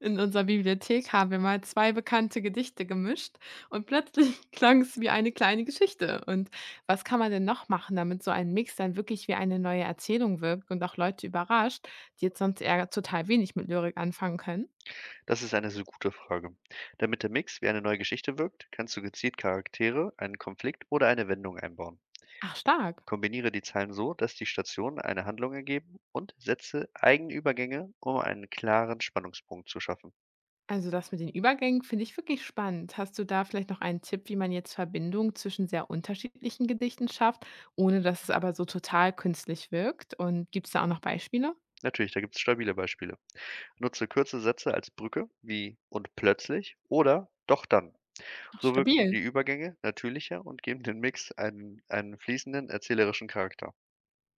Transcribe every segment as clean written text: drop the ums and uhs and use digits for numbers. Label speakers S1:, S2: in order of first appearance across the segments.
S1: In unserer Bibliothek haben wir mal zwei bekannte Gedichte gemischt und plötzlich klang es wie eine kleine Geschichte. Und was kann man denn noch machen, damit so ein Mix dann wirklich wie eine neue Erzählung wirkt und auch Leute überrascht, die jetzt sonst eher total wenig mit Lyrik anfangen können?
S2: Das ist eine so gute Frage. Damit der Mix wie eine neue Geschichte wirkt, kannst du gezielt Charaktere, einen Konflikt oder eine Wendung einbauen.
S1: Ach, stark.
S2: Kombiniere die Zeilen so, dass die Stationen eine Handlung ergeben, und setze Eigenübergänge, um einen klaren Spannungspunkt zu schaffen.
S1: Also das mit den Übergängen finde ich wirklich spannend. Hast du da vielleicht noch einen Tipp, wie man jetzt Verbindungen zwischen sehr unterschiedlichen Gedichten schafft, ohne dass es aber so total künstlich wirkt? Und gibt es da auch noch Beispiele?
S2: Natürlich, da gibt es stabile Beispiele. Nutze kurze Sätze als Brücke, wie und plötzlich oder doch dann.
S1: Ach,
S2: So wirken
S1: stabil.
S2: die Übergänge natürlicher und geben dem Mix einen fließenden erzählerischen Charakter.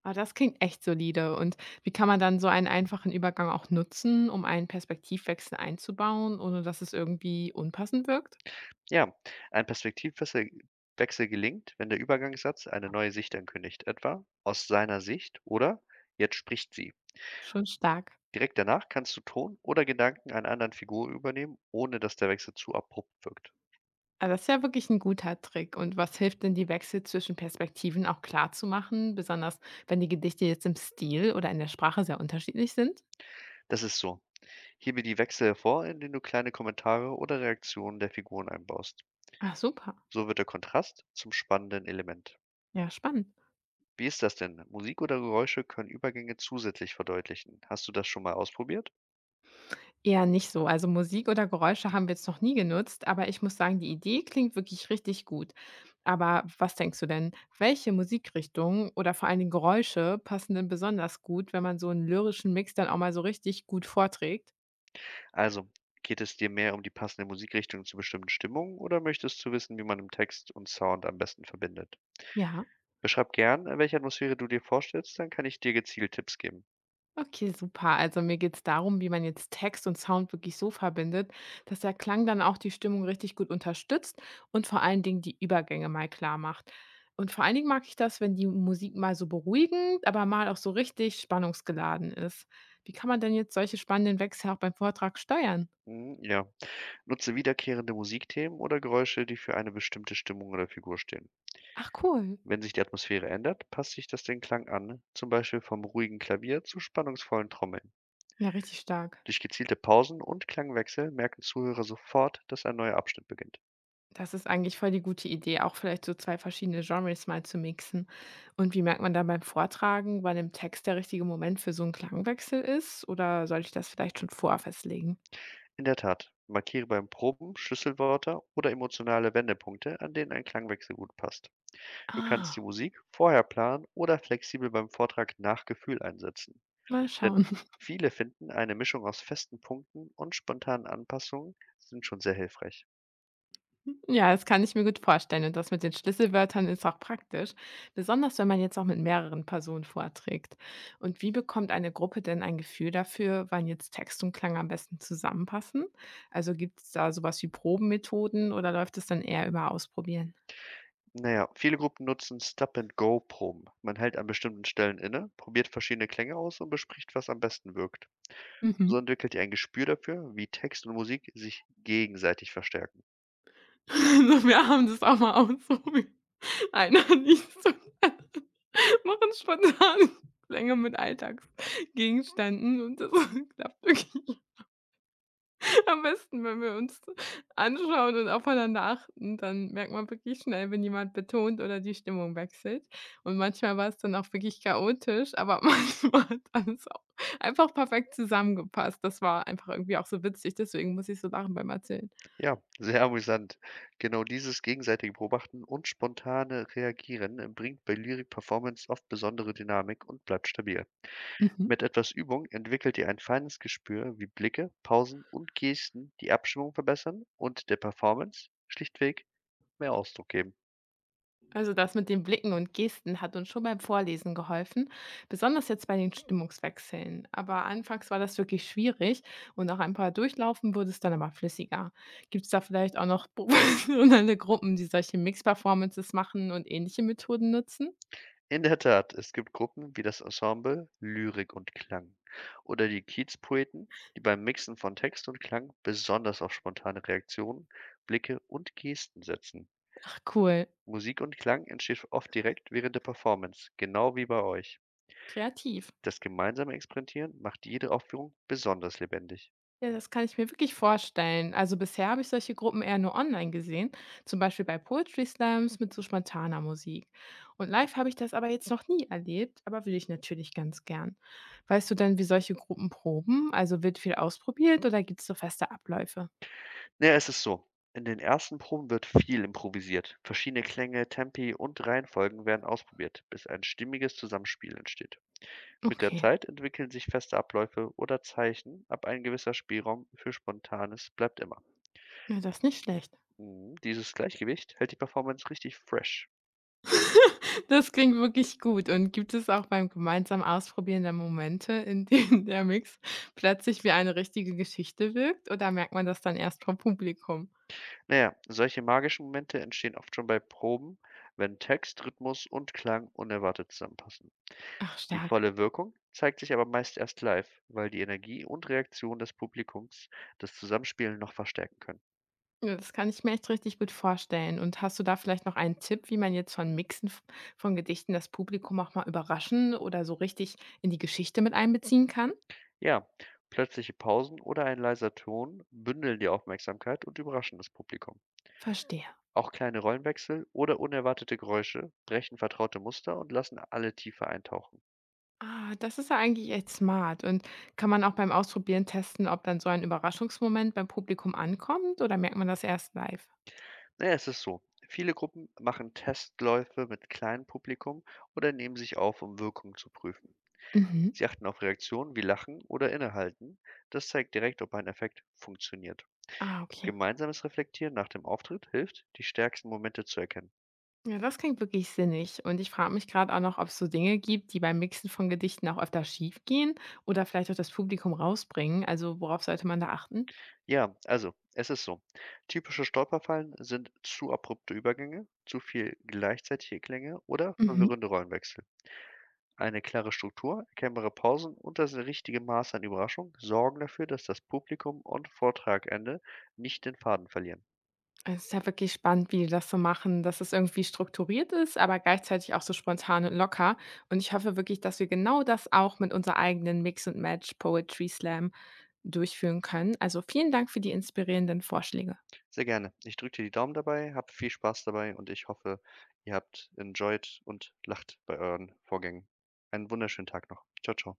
S1: Ah, das klingt echt solide. Und wie kann man dann so einen einfachen Übergang auch nutzen, um einen Perspektivwechsel einzubauen, ohne dass es irgendwie unpassend wirkt?
S2: Ja, ein Perspektivwechsel Wechsel gelingt, wenn der Übergangssatz eine neue Sicht ankündigt, etwa aus seiner Sicht oder jetzt spricht sie.
S1: Schon stark.
S2: Direkt danach kannst du Ton oder Gedanken einer anderen Figur übernehmen, ohne dass der Wechsel zu abrupt wirkt.
S1: Ah, das ist ja wirklich ein guter Trick. Und was hilft denn, die Wechsel zwischen Perspektiven auch klar zu machen, besonders wenn die Gedichte jetzt im Stil oder in der Sprache sehr unterschiedlich sind?
S2: Das ist so. Hebe die Wechsel hervor, indem du kleine Kommentare oder Reaktionen der Figuren einbaust.
S1: Ah, super.
S2: So wird der Kontrast zum spannenden Element.
S1: Ja, spannend.
S2: Wie ist das denn? Musik oder Geräusche können Übergänge zusätzlich verdeutlichen. Hast du das schon mal ausprobiert?
S1: Eher nicht so. Also Musik oder Geräusche haben wir jetzt noch nie genutzt, aber ich muss sagen, die Idee klingt wirklich richtig gut. Aber was denkst du denn, welche Musikrichtungen oder vor allen Dingen Geräusche passen denn besonders gut, wenn man so einen lyrischen Mix dann auch mal so richtig gut vorträgt?
S2: Also, geht es dir mehr um die passende Musikrichtung zu bestimmten Stimmungen, oder möchtest du wissen, wie man im Text und Sound am besten verbindet?
S1: Ja.
S2: Beschreib gern, in welcher Atmosphäre du dir vorstellst, dann kann ich dir gezielt Tipps geben.
S1: Okay, super. Also mir geht es darum, wie man jetzt Text und Sound wirklich so verbindet, dass der Klang dann auch die Stimmung richtig gut unterstützt und vor allen Dingen die Übergänge mal klar macht. Und vor allen Dingen mag ich das, wenn die Musik mal so beruhigend, aber mal auch so richtig spannungsgeladen ist. Wie kann man denn jetzt solche spannenden Wechsel auch beim Vortrag steuern?
S2: Mhm, ja. Nutze wiederkehrende Musikthemen oder Geräusche, die für eine bestimmte Stimmung oder Figur stehen.
S1: Ach, cool.
S2: Wenn sich die Atmosphäre ändert, passt sich das den Klang an, zum Beispiel vom ruhigen Klavier zu spannungsvollen Trommeln.
S1: Ja, richtig stark.
S2: Durch gezielte Pausen und Klangwechsel merken Zuhörer sofort, dass ein neuer Abschnitt beginnt.
S1: Das ist eigentlich voll die gute Idee, auch vielleicht so 2 verschiedene Genres mal zu mixen. Und wie merkt man dann beim Vortragen, wann im Text der richtige Moment für so einen Klangwechsel ist? Oder sollte ich das vielleicht schon vorher festlegen?
S2: In der Tat, markiere beim Proben Schlüsselwörter oder emotionale Wendepunkte, an denen ein Klangwechsel gut passt. Du kannst die
S1: Ah,
S2: Musik vorher planen oder flexibel beim Vortrag nach Gefühl einsetzen.
S1: mal
S2: Denn
S1: schauen.
S2: viele finden, eine Mischung aus festen Punkten und spontanen Anpassungen sind schon sehr hilfreich.
S1: Ja, das kann ich mir gut vorstellen, und das mit den Schlüsselwörtern ist auch praktisch, besonders wenn man jetzt auch mit mehreren Personen vorträgt. Und wie bekommt eine Gruppe denn ein Gefühl dafür, wann jetzt Text und Klang am besten zusammenpassen? Also, gibt es da sowas wie Probenmethoden oder läuft es dann eher über Ausprobieren?
S2: Naja, viele Gruppen nutzen Stop-and-Go-Proben. Man hält an bestimmten Stellen inne, probiert verschiedene Klänge aus und bespricht, was am besten wirkt. So
S1: Mhm.
S2: entwickelt ihr ein Gespür dafür, wie Text und Musik sich gegenseitig verstärken.
S1: So, wir haben das auch mal ausprobiert. Einer liest zum anderen, machen spontan Klänge mit Alltagsgegenständen, und das klappt wirklich am besten, wenn wir uns anschauen und aufeinander achten, dann merkt man wirklich schnell, wenn jemand betont oder die Stimmung wechselt. Und manchmal war es dann auch wirklich chaotisch, aber manchmal hat alles auch einfach perfekt zusammengepasst. Das war einfach irgendwie auch so witzig, deswegen muss ich so lachen beim Erzählen.
S2: Ja, sehr amüsant. Genau dieses gegenseitige Beobachten und spontane Reagieren bringt bei Lyric Performance oft besondere Dynamik und bleibt stabil.
S1: Mhm.
S2: Mit etwas Übung entwickelt ihr ein feines Gespür, wie Blicke, Pausen und Gesten die Abstimmung verbessern und der Performance schlichtweg mehr Ausdruck geben.
S1: Also das mit den Blicken und Gesten hat uns schon beim Vorlesen geholfen, besonders jetzt bei den Stimmungswechseln. Aber anfangs war das wirklich schwierig und nach ein paar Durchlaufen wurde es dann aber flüssiger. Gibt es da vielleicht auch noch professionelle Gruppen, die solche Mix-Performances machen und ähnliche Methoden nutzen?
S2: In der Tat, es gibt Gruppen wie das Ensemble Lyrik und Klang oder die Kiezpoeten, die beim Mixen von Text und Klang besonders auf spontane Reaktionen, Blicke und Gesten setzen.
S1: Ach, cool,
S2: Musik und Klang entsteht oft direkt während der Performance, genau wie bei euch.
S1: kreativ.
S2: Das gemeinsame Experimentieren macht jede Aufführung besonders lebendig.
S1: Ja, das kann ich mir wirklich vorstellen. Also bisher habe ich solche Gruppen eher nur online gesehen, zum Beispiel bei Poetry Slams mit so spontaner Musik. Und live habe ich das aber jetzt noch nie erlebt, aber würde ich natürlich ganz gern. Weißt du denn, wie solche Gruppen proben? Also wird viel ausprobiert oder gibt es so feste Abläufe?
S2: Naja, es ist so. In den ersten Proben wird viel improvisiert. Verschiedene Klänge, Tempi und Reihenfolgen werden ausprobiert, bis ein stimmiges Zusammenspiel entsteht. Mit der
S1: Okay,
S2: Zeit entwickeln sich feste Abläufe oder Zeichen, ab ein gewisser Spielraum für Spontanes bleibt immer.
S1: ja, das ist nicht schlecht.
S2: Mhm, dieses Gleichgewicht hält die Performance richtig fresh.
S1: Das klingt wirklich gut. Und gibt es auch beim gemeinsamen Ausprobieren der Momente, in denen der Mix plötzlich wie eine richtige Geschichte wirkt? Oder merkt man das dann erst vom Publikum?
S2: Naja, solche magischen Momente entstehen oft schon bei Proben, wenn Text, Rhythmus und Klang unerwartet zusammenpassen.
S1: Ach,
S2: Die
S1: stark.
S2: volle Wirkung zeigt sich aber meist erst live, weil die Energie und Reaktion des Publikums das Zusammenspielen noch verstärken können.
S1: Ja, das kann ich mir echt richtig gut vorstellen. Und hast du da vielleicht noch einen Tipp, wie man jetzt von Mixen f von Gedichten das Publikum auch mal überraschen oder so richtig in die Geschichte mit einbeziehen kann?
S2: Ja, plötzliche Pausen oder ein leiser Ton bündeln die Aufmerksamkeit und überraschen das Publikum.
S1: Verstehe.
S2: Auch kleine Rollenwechsel oder unerwartete Geräusche brechen vertraute Muster und lassen alle tiefer eintauchen.
S1: Ah, das ist ja eigentlich echt smart. Und kann man auch beim Ausprobieren testen, ob dann so ein Überraschungsmoment beim Publikum ankommt oder merkt man das erst live?
S2: Na ja, es ist so. Viele Gruppen machen Testläufe mit kleinem Publikum oder nehmen sich auf, um Wirkung zu prüfen.
S1: Mhm.
S2: Sie achten auf Reaktionen wie Lachen oder Innehalten. Das zeigt direkt, ob ein Effekt funktioniert.
S1: Ah, okay.
S2: Gemeinsames Reflektieren nach dem Auftritt hilft, die stärksten Momente zu erkennen.
S1: Ja, das klingt wirklich sinnig. Und ich frage mich gerade auch noch, ob es so Dinge gibt, die beim Mixen von Gedichten auch öfter schief gehen oder vielleicht auch das Publikum rausbringen. Also worauf sollte man da achten?
S2: Ja, also, es ist so. Typische Stolperfallen sind zu abrupte Übergänge, zu viel gleichzeitige Klänge oder
S1: Mhm.
S2: verwirrende Rollenwechsel. Eine klare Struktur, erkennbare Pausen und das richtige Maß an Überraschung sorgen dafür, dass das Publikum und Vortragende nicht den Faden verlieren.
S1: Es ist ja wirklich spannend, wie die das so machen, dass es irgendwie strukturiert ist, aber gleichzeitig auch so spontan und locker. Und ich hoffe wirklich, dass wir genau das auch mit unserer eigenen Mix und Match Poetry Slam durchführen können. Also vielen Dank für die inspirierenden Vorschläge.
S2: Sehr gerne. Ich drücke dir die Daumen dabei, habt viel Spaß dabei, und ich hoffe, ihr habt enjoyed und lacht bei euren Vorgängen. Einen wunderschönen Tag noch. Ciao, ciao.